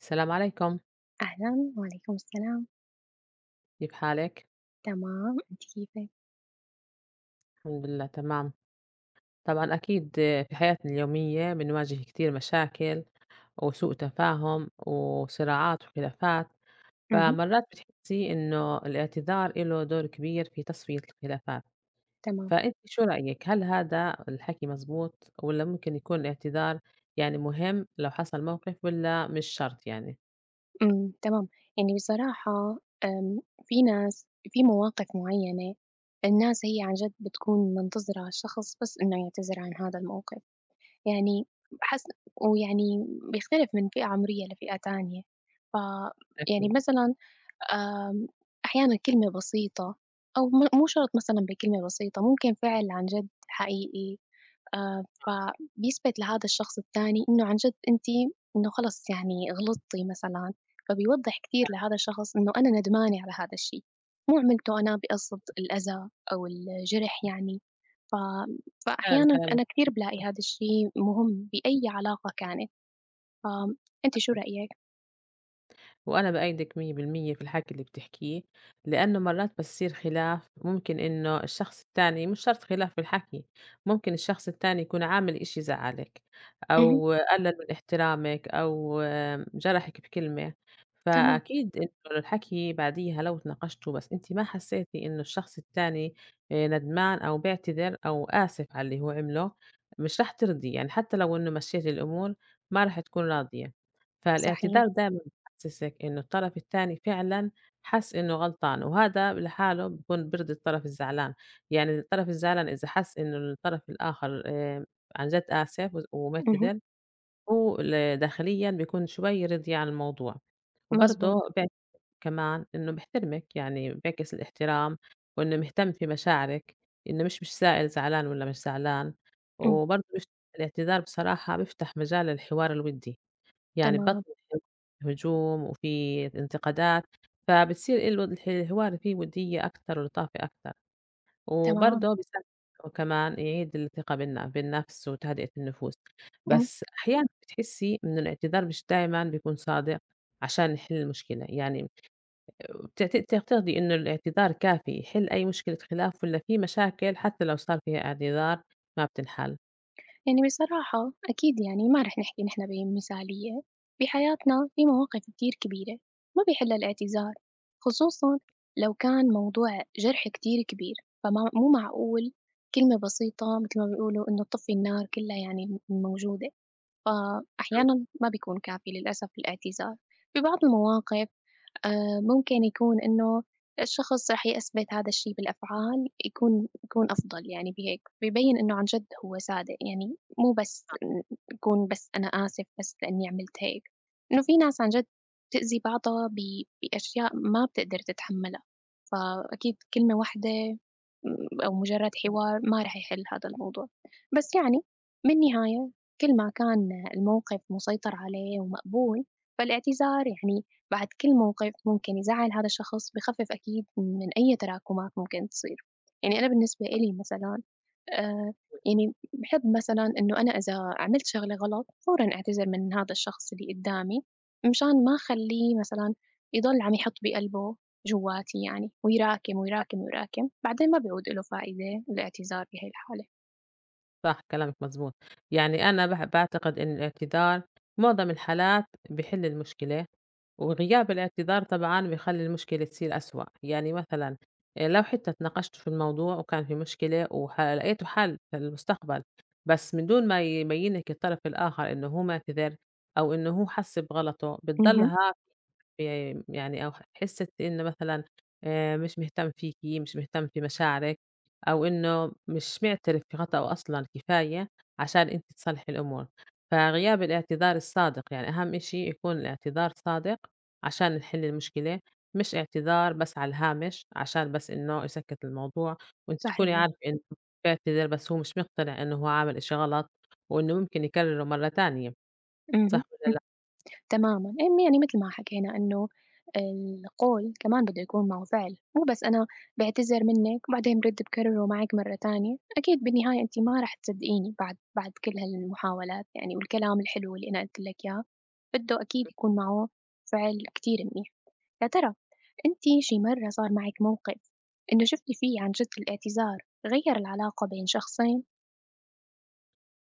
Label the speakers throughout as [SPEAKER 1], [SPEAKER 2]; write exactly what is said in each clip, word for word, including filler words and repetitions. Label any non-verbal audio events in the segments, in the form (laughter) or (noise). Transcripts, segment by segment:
[SPEAKER 1] السلام عليكم،
[SPEAKER 2] أهلًا، وعليكم السلام،
[SPEAKER 1] كيف حالك؟
[SPEAKER 2] تمام، أنتِ كيفِك؟
[SPEAKER 1] الحمد لله تمام. طبعا أكيد، في حياتنا اليومية بنواجه كتير مشاكل وسوء تفاهم وصراعات وخلافات.
[SPEAKER 2] اهم،
[SPEAKER 1] فمرات بتحسي إنه الاعتذار له دور كبير في تصفية الخلافات.
[SPEAKER 2] تمام،
[SPEAKER 1] فأنت شو رأيك، هل هذا الحكي مزبوط ولا ممكن يكون الاعتذار يعني مهم لو حصل موقف ولا مش شرط يعني؟
[SPEAKER 2] إمم، تمام، يعني بصراحة آمم، في ناس في مواقف معيّنة. الناس هي عن جد بتكون منتظرة الشخص بس إنه يعتذر عن هذا الموقف، يعني حسب ويعني بيختلف من فئة عمرية لفئة تانية، ف يعني
[SPEAKER 1] أكيد
[SPEAKER 2] مثلًا آمم، أحيانًا كلمة بسيطة أو م مو شرط مثلًا بكلمة بسيطة، ممكن فعل عن جد حقيقي، آآ، فبيثبت لهذا الشخص التاني إنه عن جد أنتِ إنه خلص يعني غلطتِ مثلًا، فبيوضح كتير لهذا الشخص إنه أنا ندمانة على هذا الشي، مو عملته أنا بقصد الأذى أو الجرح يعني، ف
[SPEAKER 1] كان
[SPEAKER 2] فأحيانًا
[SPEAKER 1] كلامك
[SPEAKER 2] أنا كتير بالاقي هذا الشي مهم بأي علاقة كانت، فأنتِ شو
[SPEAKER 1] صحيح.
[SPEAKER 2] رأيِك؟
[SPEAKER 1] وأنا بأيدِك مية بالمية في الحكي اللي بتحكيه، لإنه مرات بتصير خلاف ممكن إنه الشخص التاني مش شرط خلاف في الحكي، ممكن الشخص التاني يكون عامل إشي زعّلِك،
[SPEAKER 2] اهم،
[SPEAKER 1] أو قلل من احترامِك، أو آم، جرحِك بكلمة.
[SPEAKER 2] تمام،
[SPEAKER 1] فأكيد إنه الحكي بعديها لو اتناقشتوا بس أنتِ ما حسيتي إنه الشخص التاني آآ ندمان أو بيعتذر أو آسف على اللي هو عمله، مش رح ترضي. يعني حتى لو إنه مشّيتِ الأمور ما رح تكون راضية.
[SPEAKER 2] صحيح،
[SPEAKER 1] فالاعتذار دايمًا يحسسك إنه الطرف التاني فعلًا حس إنه غلطان، وهذا لحاله بيكون بيرضي الطرف الزعلان. يعني الطرف الزعلان إذا حس إنه الطرف الآخر آآ عن جد آسف و
[SPEAKER 2] اهم،
[SPEAKER 1] ومعتذر، هو ل داخليًا بيكون شوي رِضي عن الموضوع. وبرضه
[SPEAKER 2] مضبوط.
[SPEAKER 1] بيعكس كمان إنه بيحترمِك، يعني بيعكس الاحترام وإنه مهتم في مشاعرِك، إنه مش مش سائل زعلان والّا مش زعلان،
[SPEAKER 2] إمم،
[SPEAKER 1] وبرضه بيف الاعتذار بصراحة بيفتح مجال للحوار الودي. يعني
[SPEAKER 2] تمام،
[SPEAKER 1] بطل هجوم وفي انتقادات، فبتصير ال الح الحوار فيه وِديّة أكتر ولطافة أكتر،
[SPEAKER 2] تمام.
[SPEAKER 1] وبرضه بيساعد كمان يعيد الثقة بالن بالنفس وتهدئة النفوس.
[SPEAKER 2] إمم.
[SPEAKER 1] بس أحيانًا بتحسّي إنه الاعتذار مش دايمًا بيكون صادق عشان نحل المشكلة. يعني بتعت بتعتقدي إنه الاعتذار كافي يحل أي مشكلة خلاف والّا في مشاكل حتى لو صار فيها اعتذار ما بتنحل؟
[SPEAKER 2] يعني بصراحة أكيد يعني ما رح نحكي نحن بمثالية، بحياتنا في مواقف كتير كبيرة ما بيحلّها الاعتذار، خصوصًا لو كان موضوع جرح كتير كبير، فما مو معقول كلمة بسيطة متل ما بيقولوا إنه تطفّي النار كلّها يعني م موجودة، فأحيانًا ما بيكون كافي للأسف الاعتذار، في بعض المواقف آآ ممكن يكون إنه الشخص رح يثبت هذا الشي بالأفعال يكون يكون أفضل يعني بهيك، بيبين إنه عن جد هو صادق، يعني مو بس ن يكون بس أنا آسف بس لإني عملت هيك، إنه في ناس عن جد بتأذي بعضها ب بأشياء ما بتقدر تتحمّلها، فأكيد كلمة واحدة م أو مجرّد حوار ما رح يحل هذا الموضوع، بس يعني بالنهاية كل ما كان الموقف مسيطر عليه ومقبول، فالاعتذار يعني بعد كل موقف ممكن يزعل هذا الشخص بخفف أكيد من أي تراكمات ممكن تصير. يعني أنا بالنسبة إلي مثلا آه، يعني بحب مثلا إنه أنا إذا عملت شغلة غلط فورا أعتذر من هذا الشخص اللي قدامي، مشان ما أخليه مثلا يضل عم يحط بقلبه جواتي يعني ويراكم ويراكم ويراكم بعدين ما بيعود له فائدة الاعتذار بهي الحالة.
[SPEAKER 1] صح كلامِك مضبوط. يعني أنا باح باعتقد إن الاعتذار معظم الحالات بيحل المشكلة، وغياب الاعتذار طبعًا بيخلّي المشكلة تصير أسوأ. يعني مثلًا آآ لو حتى اتناقشتوا في الموضوع وكان في مشكلة وح لقيتوا حل في المستقبل، بس من دون ما يبين لِك الطرف الآخر إنه هو معتذر أو إنه هو حس بغلطه، بتضل
[SPEAKER 2] اها،
[SPEAKER 1] ها آآ يعني أو ح حسّة إنه مثلًا آآ مش مهتم فيكِ، مش مهتم في مشاعرِك، أو إنه مش مِعترف بخطأه أصلًا كفاية عشان أنتِ تصلّحي الأمور. فغياب الاعتذار الصادق، يعني أهم إشي يكون الاعتذار صادق عشان نحل المشكلة، مش اعتذار بس على الهامش عشان بس إنه يسكّت الموضوع، وأنتِ تكوني
[SPEAKER 2] صحيح،
[SPEAKER 1] عارفة إنه بيعتذر بس هو مش مقتنع إنه هو عامل إشي غلط، وإنه ممكن يكرره مرّة تانية. صح
[SPEAKER 2] اها،
[SPEAKER 1] والّا لأ؟
[SPEAKER 2] تمامًا، إمم، يعني متل ما حكينا إنه القول كمان بده يكون معه فعل، مو بس أنا باعتذر منِّك وبعدين برد باكرره معِك مرة تانية، أكيد بالنهاية أنتِ ما رح تصدقيني بعد بعد كل هالمحاولات يعني والكلام الحلو اللي أنا قُلت لِك إياه، بده أكيد يكون معه فعل كتير منيح. يا ترى أنتِ شي مرة صار معِك موقف إنه شُفتِ فيه عن جد الاعتذار غيّر العلاقة بين شخصين؟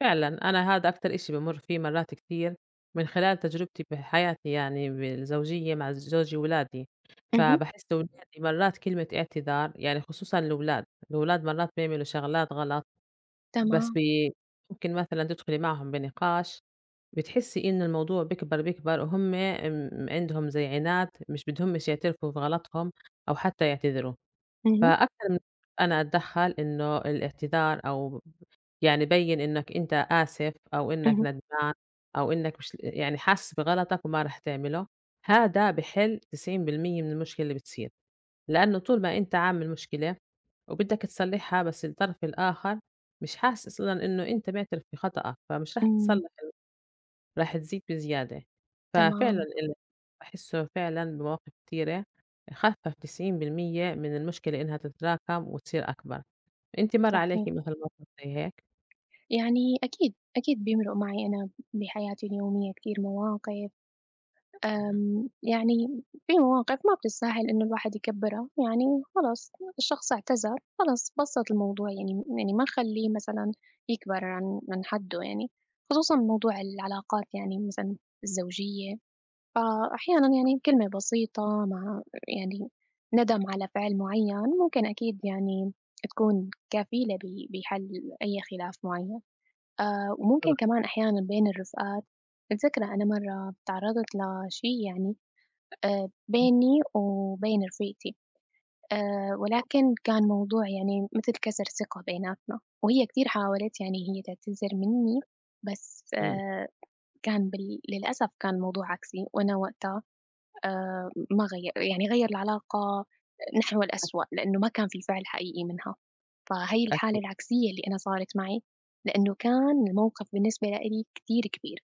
[SPEAKER 1] فعلًا، أنا هذا أكتر إشي بامُر فيه مرّات كتير من خلال تجربتي بحياتي، يعني بالزوجية مع زوجي وولادي.
[SPEAKER 2] اهم.
[SPEAKER 1] فباحس ولادي مرّات كلمة اعتذار، يعني خصوصًا الولاد، الولاد مرّات بيعملوا شغلات غلط. بس
[SPEAKER 2] تمام،
[SPEAKER 1] بي ممكن مثلًا تدخلي معهم بنقاش بتحسي إنه الموضوع بيكبر، بيكبر، وهُم امم عندهم زي عناد مش بدهمش يعترفوا بغلطهم أو حتى يعتذروا.
[SPEAKER 2] اهم،
[SPEAKER 1] فأكتر من أنا أتدخّل إنه الاعتذار أو يعني بيّن إنّك أنت آسف أو إنّك
[SPEAKER 2] اهم،
[SPEAKER 1] ندمان أو إنّك مش يعني حاسس بغلطك وما رح تعمله. هذا بيحل تسعين بالمية من المشكلة اللي بتصير، لإنّه طول ما أنت عامل مشكلة وبدّك تصلّحها بس الطرف الآخر مش حاسس أصلًا إنه أنت معترف بخطأك، فمش رح
[SPEAKER 2] إمم،
[SPEAKER 1] تتصلّح، رح تزيد بزيادة. ففعلًا
[SPEAKER 2] تمامًا،
[SPEAKER 1] ال باحسّه فعلًا بمواقف كتيرة خفّف تسعين بالمية من المشكلة إنها تتراكم وتصير أكبر. أنتِ مَر عليكِ
[SPEAKER 2] صحيح.
[SPEAKER 1] مثلًا موقف زي هيك؟
[SPEAKER 2] يعني أكيد، أكيد بيمرُق معي أنا بحياتي اليومية كتير مواقف،
[SPEAKER 1] اهم.
[SPEAKER 2] آمم، يعني في مواقف ما بتستاهل إنه الواحد يكبّرها، يعني خلاص الشخص اعتذر، خلاص بسّط الموضوع يعني يعني ما نخلّيه مثلًا يكبر عن عن حدّه يعني، خصوصًا موضوع العلاقات يعني مثلًا الزوجية، فأحيانًا يعني كلمة بسيطة مع يعني ندم على فعل معيّن ممكن أكيد يعني تكون كفيلة ب بحَل أي خلاف معيّن. آآ وممكن
[SPEAKER 1] طبعًا.
[SPEAKER 2] كمان أحيانًا بين الرفقات، متذكرة أنا مرّة تعرّضت لشي يعني آآ بيني وبين رفيقتي، آآ ولكن كان موضوع يعني مثل كسر ثقة بيناتنا، وهي كتير حاولت يعني هي تعتذر منّي، بس
[SPEAKER 1] إمم.
[SPEAKER 2] آآ كان بال للأسف كان الموضوع عكسي، وأنا وقتها آآ ما غيّر يعني غيّر العلاقة نحو الأسوأ، لإنه ما كان في فعل حقيقي منها، فهي الحالة
[SPEAKER 1] أكيد،
[SPEAKER 2] العكسية اللي أنا صارت معي، لإنه كان الموقف بالنسبة لإلي كتير كبير،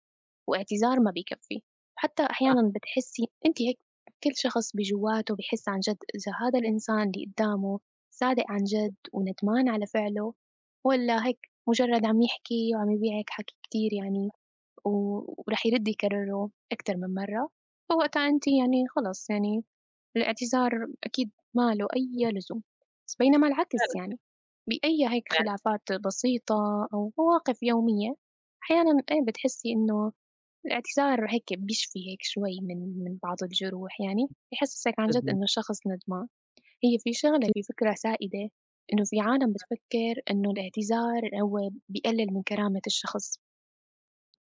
[SPEAKER 2] واعتذار ما بيكفّي، وحتى
[SPEAKER 1] صح،
[SPEAKER 2] أحيانًا بتحسّي أنتِ هيك كل شخص بجوّاته بيحس عن جد إذا هذا الإنسان اللي قدّامه صادق عن جد وندمان على فعله والّا هيك مجرّد عم يحكي وعم يبيعِك حكي كتير يعني و وراح يرد يكرره أكتر من مرّة، فوقتها أنتِ يعني خلاص يعني الاعتذار أكيد ما له أي لزوم، بس بينما العكس
[SPEAKER 1] فعلًا.
[SPEAKER 2] يعني بأي هيك
[SPEAKER 1] يعني
[SPEAKER 2] خلافات بسيطة أو مواقف يومية، أحيانًا إيه بتحسّي إنه الاعتذار هيك بيشفي هيك شوي من من بعض الجروح يعني، بيحسّسك
[SPEAKER 1] (unintelligible)
[SPEAKER 2] عن جد
[SPEAKER 1] صدمة.
[SPEAKER 2] إنه الشخص ندمان، هي في شغلة في فكرة سائدة إنه في عالم بتفكّر إنه الاعتذار هو بيقلل من كرامة الشخص.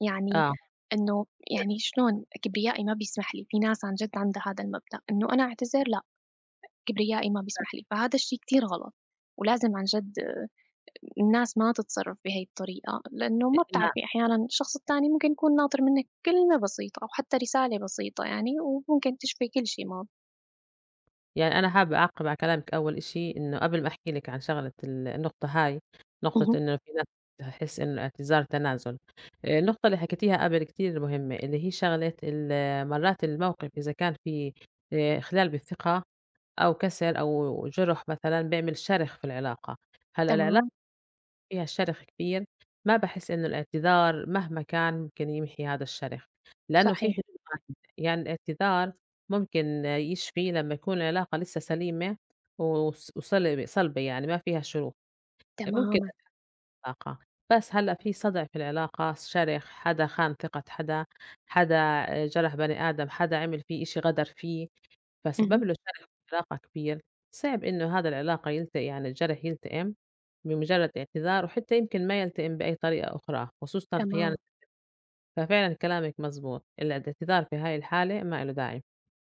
[SPEAKER 2] يعني
[SPEAKER 1] آه.
[SPEAKER 2] إنه يعني شلون كبريائي ما بيسمح لي، في ناس عن جد عندها هذا المبدأ، إنه أنا أعتذر لأ، كبريائي ما بيسمح لي، فهذا الشيء كتير غلط، ولازم عن جد آه، الناس ما تتصرف بهاي الطريقة، لأنه ما
[SPEAKER 1] لإن
[SPEAKER 2] بتعرفي أحيانًا الشخص التاني ممكن يكون ناطر منِّك كلمة بسيطة أو حتى رسالة بسيطة يعني وممكن تشفي كل شيء ما.
[SPEAKER 1] يعني أنا حابة أعقِّب على كلامِك أول إشي، إنه قبل ما أحكي لِك عن شغلة ال النقطة هاي، نقطة
[SPEAKER 2] اهم،
[SPEAKER 1] إنه في ناس تحس إنه الاعتذار تنازل. آآ النقطة اللي حكيتيها قبل كتير مهمة، اللي هي شغلة ال مرات الموقف إذا كان في آآ خلال بالثقة أو كسر أو جُرح مثلًا بيعمل شرخ في العلاقة. هلأ العلا
[SPEAKER 2] تمام،
[SPEAKER 1] فيها شرخ كبير، ما باحس إنه الاعتذار مهما كان ممكن يمحي هذا الشرخ، لإنه في
[SPEAKER 2] صحيح،
[SPEAKER 1] حدود محدودة. يعني الاعتذار ممكن يشفي لمّا يكون العلاقة لسه سليمة وص وصلبة صلبة، يعني ما فيها شروخ، ممكن
[SPEAKER 2] تمامًا،
[SPEAKER 1] تتلاقى. بس هلأ في صدع في العلاقة، شرخ، حدا خان ثقة حدا، حدا جرح بني آدم، حدا عمل فيه إشي غدر فيه.
[SPEAKER 2] اهم،
[SPEAKER 1] فسبب له جرح في العلاقة كبير. صعب إنه هذا العلاقة يلت يعني الجرح يلتئم بمجرد اعتذار، وحتى يمكن ما يلتئم بأي طريقة أخرى، خصوصًا خيانة.
[SPEAKER 2] تمامًا،
[SPEAKER 1] ففعلًا كلامِك مزبوط، الع الاعتذار في هاي الحالة ما إله داعي.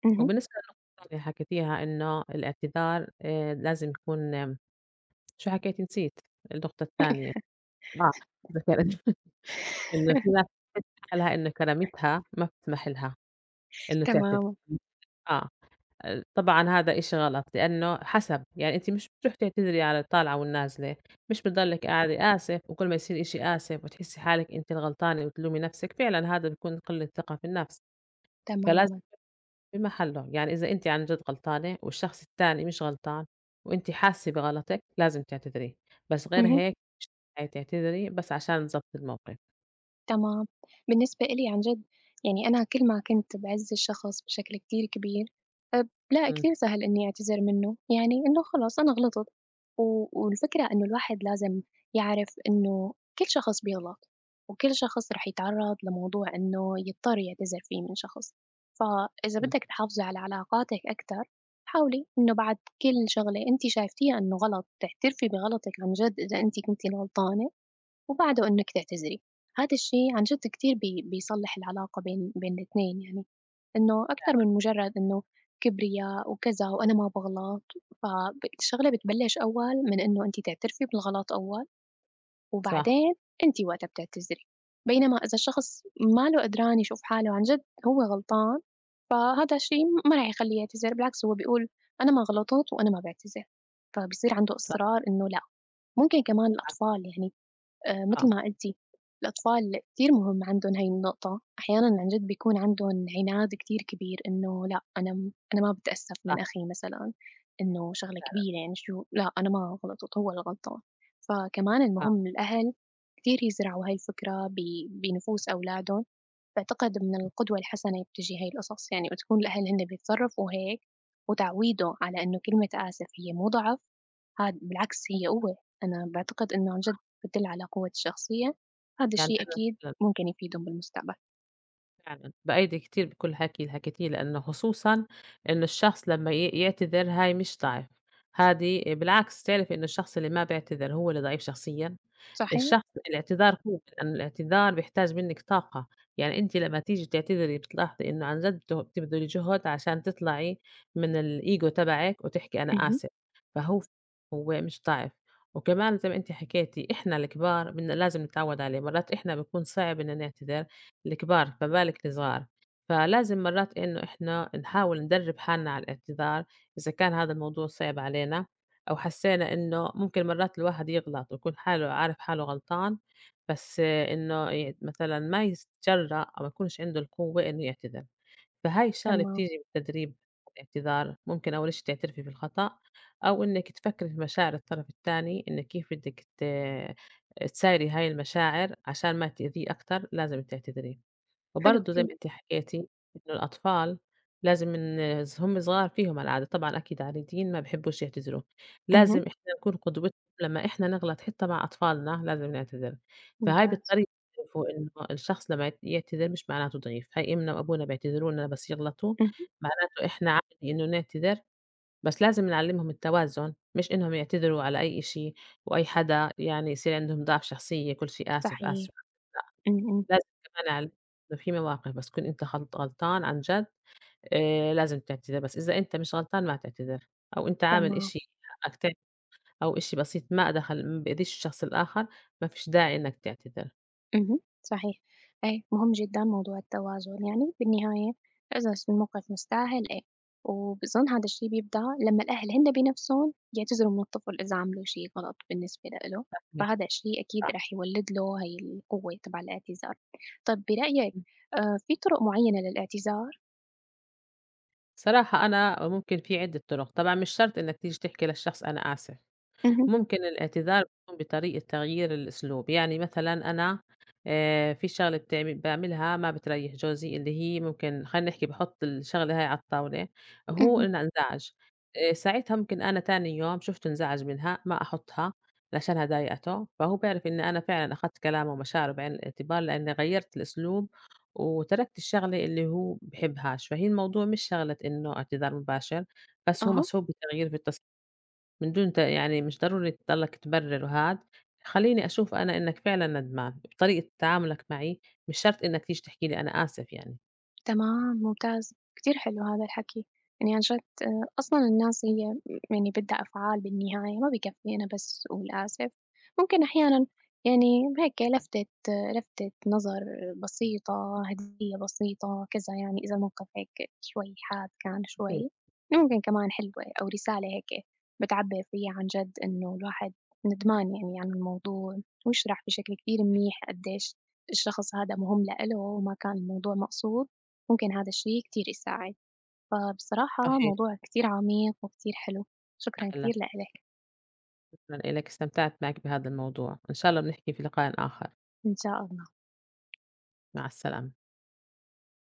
[SPEAKER 2] اهم،
[SPEAKER 1] وبالنسبة للنقطة الثانية حكيتيها إنه الاعتذار آآ لازم يكون آمم شو حكيتِ، نسيت النقطة الثانية. آه، ذكرت (laughs) إنه في
[SPEAKER 2] (laughs)
[SPEAKER 1] ناس بتحس حالها إنه كرامتها ما بتسمح لها إنه تعتذر.
[SPEAKER 2] تمامًا،
[SPEAKER 1] آه. آآ طبعًا هذا إشي غلط، لإنه حسب، يعني أنتِ مش بتروحي تعتذري على الطالعة والنازلة، مش بتضلِّك قاعدة آسف وكل ما يصير إشي آسف وتحسّي حالِك أنتِ الغلطانة وتلومي نفسِك، فعلًا هذا بيكون قلة ثقة في النفس. فلازم
[SPEAKER 2] تمامًا،
[SPEAKER 1] في محله، يعني إذا أنتِ عن جد غلطانة والشخص التاني مش غلطان وأنتِ حاسة بغلطِك لازم تعتذري. بس غير
[SPEAKER 2] اهم.
[SPEAKER 1] هيك مش تنفعي تعتذري بس عشان ضبط الموقف.
[SPEAKER 2] تمام. بالنسبة إلي عن جد يعني أنا كل ما كنت باعِز الشخص بشكل كتير كبير، آآ لأ
[SPEAKER 1] إمم،
[SPEAKER 2] كتير سهل إنّي أعتذر منّه، يعني إنه خلص أنا غلطت، و والفكرة إنه الواحد لازم يعرف إنه كل شخص بيغلط، وكل شخص رح يتعرّض لموضوع إنه يضطر يعتذر فيه من شخص، فإذا
[SPEAKER 1] إمم،
[SPEAKER 2] بدِّك تحافظي على علاقاتِك أكتر، حاولي إنه بعد كل شغلة أنتِ شايفتيها إنه غلط تعترفي بغلطِك عن جد إذا أنتِ كنتِ الغلطانة وبعده إنِّك تعتذري. هذا الشي عن جد كتير بي بيصلّح العلاقة بين بين الاتنين يعني، إنه أكتر من مجرّد إنه كبرياء وكذا وأنا ما باغلط، فب الشغلة بتبلّش أول من إنه أنتِ تعترفي بالغلط أول،
[SPEAKER 1] صح،
[SPEAKER 2] وبعدين أنتِ وقتها بتعتذري. بينما إذا الشخص ما له قدران يشوف حاله عن جد هو غلطان، فهذا الشي ما رح يخلّيه يعتذر، بالعكس هو بيقول أنا ما غلطت وأنا ما باعتذر، فبيصير عنده
[SPEAKER 1] صح،
[SPEAKER 2] إصرار إنه لأ. ممكن كمان
[SPEAKER 1] معاكِ،
[SPEAKER 2] الأطفال يعني آآ مثل
[SPEAKER 1] آه،
[SPEAKER 2] ما قُلتِ، الأطفال كتير مهم عندهم هاي النقطة، أحيانًا عن جد بيكون عندهم عناد كتير كبير إنه لأ، أنا م أنا ما باتأسف من
[SPEAKER 1] صح،
[SPEAKER 2] أخي مثلًا، إنه شغلة كبيرة يعني شو لأ، أنا ما غلطت، هو اللي غلطان. فكمان
[SPEAKER 1] آه.
[SPEAKER 2] المهم الأهل كتير يزرعوا هاي الفكرة ب بنفوس أولادهم، باعتقد من القدوة الحسنة بتيجي هاي القصص، يعني بتكون الأهل هن بيتصرفوا هيك وتعويده على إنه كلمة آسف هي مو ضعف، هاد بالعكس هي قوة، أنا باعتقد إنه عن جد بتدل على قوة الشخصية، هاد الشي
[SPEAKER 1] يعني أنا
[SPEAKER 2] أكيد ممكن يفيدهم بالمستقبل،
[SPEAKER 1] فعلًا بأيّدِك كتير بكل حكي حكيتيه، لإنه خصوصًا إنه الشخص لمّا ي يعتذر هاي مش ضعف. هذه بالعكس، تعرفي إنه الشخص اللي ما بيعتذر هو اللي ضعيف شخصيًا. الشخص
[SPEAKER 2] صحيح،
[SPEAKER 1] الاعتذار قوة، لإنه الاعتذار بيحتاج منِّك طاقة. يعني أنتِ لمّا تيجي تعتذري بتلاحظي إنه عن جد بت بتبذلي جهد عشان تطلعي من الego تبعِك وتحكي أنا
[SPEAKER 2] اهم،
[SPEAKER 1] آسف. فهو هو مش ضعف. وكمان زي ما أنتِ حكيتِ، إحنا الكبار بدنا لازم نتعود عليه، مرات إحنا بيكون صعب إننا نعتذر. الكبار، فبالك الصغار. فلازم مرات إنه إحنا نحاول ندرّب حالنا على الاعتذار، إذا كان هذا الموضوع صعب علينا أو حسّينا إنه ممكن مرات الواحد يغلط ويكون حاله عارف حاله غلطان، بس آه، إنه ي مثلًا ما يتجرأ أو ما يكونش عنده القوة إنه يعتذر. فهاي الشغلة
[SPEAKER 2] تمام،
[SPEAKER 1] بتيجي بالتدريب على الاعتذار، ممكن أول إشي تعترفي بالخطأ أو إنِّك تفكّري في مشاعر الطرف التاني، إنِّك كيف بدِّك ت تسايري هاي المشاعر عشان ما تأذيه أكتر لازم تعتذري.
[SPEAKER 2] حلو
[SPEAKER 1] وبرضه زي
[SPEAKER 2] كتير،
[SPEAKER 1] ما أنتِ حكيتِ إنه الأطفال لازم من ص هم صغار فيهم العادة، طبعًا أكيد عاديين ما بيحبوش يعتذروا،
[SPEAKER 2] اهم،
[SPEAKER 1] لازم إحنا نكون قدوتهم. لمّا إحنا نغلط حتى مع أطفالنا لازم نعتذر. فهاي
[SPEAKER 2] ممتاز،
[SPEAKER 1] بالطريقة بيعرفوا إنه الشخص لمّا يعت يعتذر مش معناته ضعيف، هاي إمنا وأبونا بيعتذروا لنا بس يغلطوا،
[SPEAKER 2] اهم،
[SPEAKER 1] معناته إحنا عادي إنه نعتذر. بس لازم نعلّمهم التوازن، مش إنهم يعتذروا على أي إشي وأي حدا يعني يصير عندهم ضعف شخصية، كل شي آسف،
[SPEAKER 2] صحيح،
[SPEAKER 1] آسف.
[SPEAKER 2] إمم، إمم،
[SPEAKER 1] لازم كمان على إنه في مواقف بس تكون أنت خلط غلطان عن جد آآ لازم تعتذر، بس إذا أنت مش غلطان ما تعتذر، أو أنت عامل
[SPEAKER 2] تمام.
[SPEAKER 1] إشي حقك تع أو إشي بسيط ما دخل ما بأذيش الشخص الآخر، ما فيش داعي إنك تعتذر،
[SPEAKER 2] اهم، صحيح. أيوه، مهم جدًا موضوع التوازن، يعني بالنهاية اعزف الموقف مستاهل إيه، وبظن هادا الشي بيبدأ لمّا الأهل هن بنفسهم يعتذروا من الطفل إذا عملوا شي غلط بالنسبة لإله،
[SPEAKER 1] إنك
[SPEAKER 2] فهادا الشي أكيد
[SPEAKER 1] صح.
[SPEAKER 2] رح يولد له هاي القوة تبع الاعتذار. طب برأيك آآ في طرق معيّنة للاعتذار؟
[SPEAKER 1] بصراحة أنا ممكن في عدة طرق، طبعًا مش شرط إنك تيجي تحكي للشخص أنا آسف.
[SPEAKER 2] اهم،
[SPEAKER 1] ممكن الاعتذار بيكون بطريقة تغيير الأسلوب، يعني مثلًا أنا آآ في شغلة بتعم باعملها ما بتريّح جوزي اللي هي ممكن، خلّينا نحكي، باحط الشغلة هاي على الطاولة، هو
[SPEAKER 2] اهم،
[SPEAKER 1] إن انزعج، آآ ساعتها ممكن أنا تاني يوم شُفته انزعج منها ما أحطها علشانها ضايقته، فهو بيعرف إني أنا فعلًا أخدت كلامه ومشاعره بعين الاعتبار لإني غيّرت الأسلوب وتركت الشغلة اللي هو بحبهاش. فهي الموضوع مش شغلة إنه اعتذار مباشر، بس هو
[SPEAKER 2] أها.
[SPEAKER 1] مسحوب بتغيير في التص من دون ت يعني مش ضروري تضلّك تبرر وهاد، خلّيني أشوف أنا إنّك فعلًا ندمان، بطريقة تعاملك معي مش شرط إنّك تيجي تحكي لي أنا آسف يعني.
[SPEAKER 2] تمام، ممتاز، كتير حلو هذا الحكي، يعني عن جد آآ، أصلًا الناس هي يعني بدها أفعال بالنهاية، ما بكفّي أنا بس أقول آسف، ممكن أحيانًا يعني هيك لفتة آه، لفتة نظر بسيطة، هدية بسيطة، كذا يعني إذا الموقف هيك شوي حاد كان
[SPEAKER 1] أكيد،
[SPEAKER 2] شوي، ممكن كمان حلوة أو رسالة هيك بتعبّر فيها عن جد إنه الواحد ندمان يعني عن الموضوع، ويشرح بشكل كتير منيح قديش الشخص هذا مهم لإله وما كان الموضوع مقصود. ممكن هذا الشي كتير يساعد فبصراحة
[SPEAKER 1] صحيح،
[SPEAKER 2] موضوع كتير عميق وكتير حلو شكرا
[SPEAKER 1] فعلًا.
[SPEAKER 2] كتير لإلك
[SPEAKER 1] شكرًا إلك، استمتعت معك بهذا الموضوع، إن شاء الله بنحكي في لقاء آخر.
[SPEAKER 2] إن شاء الله.
[SPEAKER 1] مع السلامة.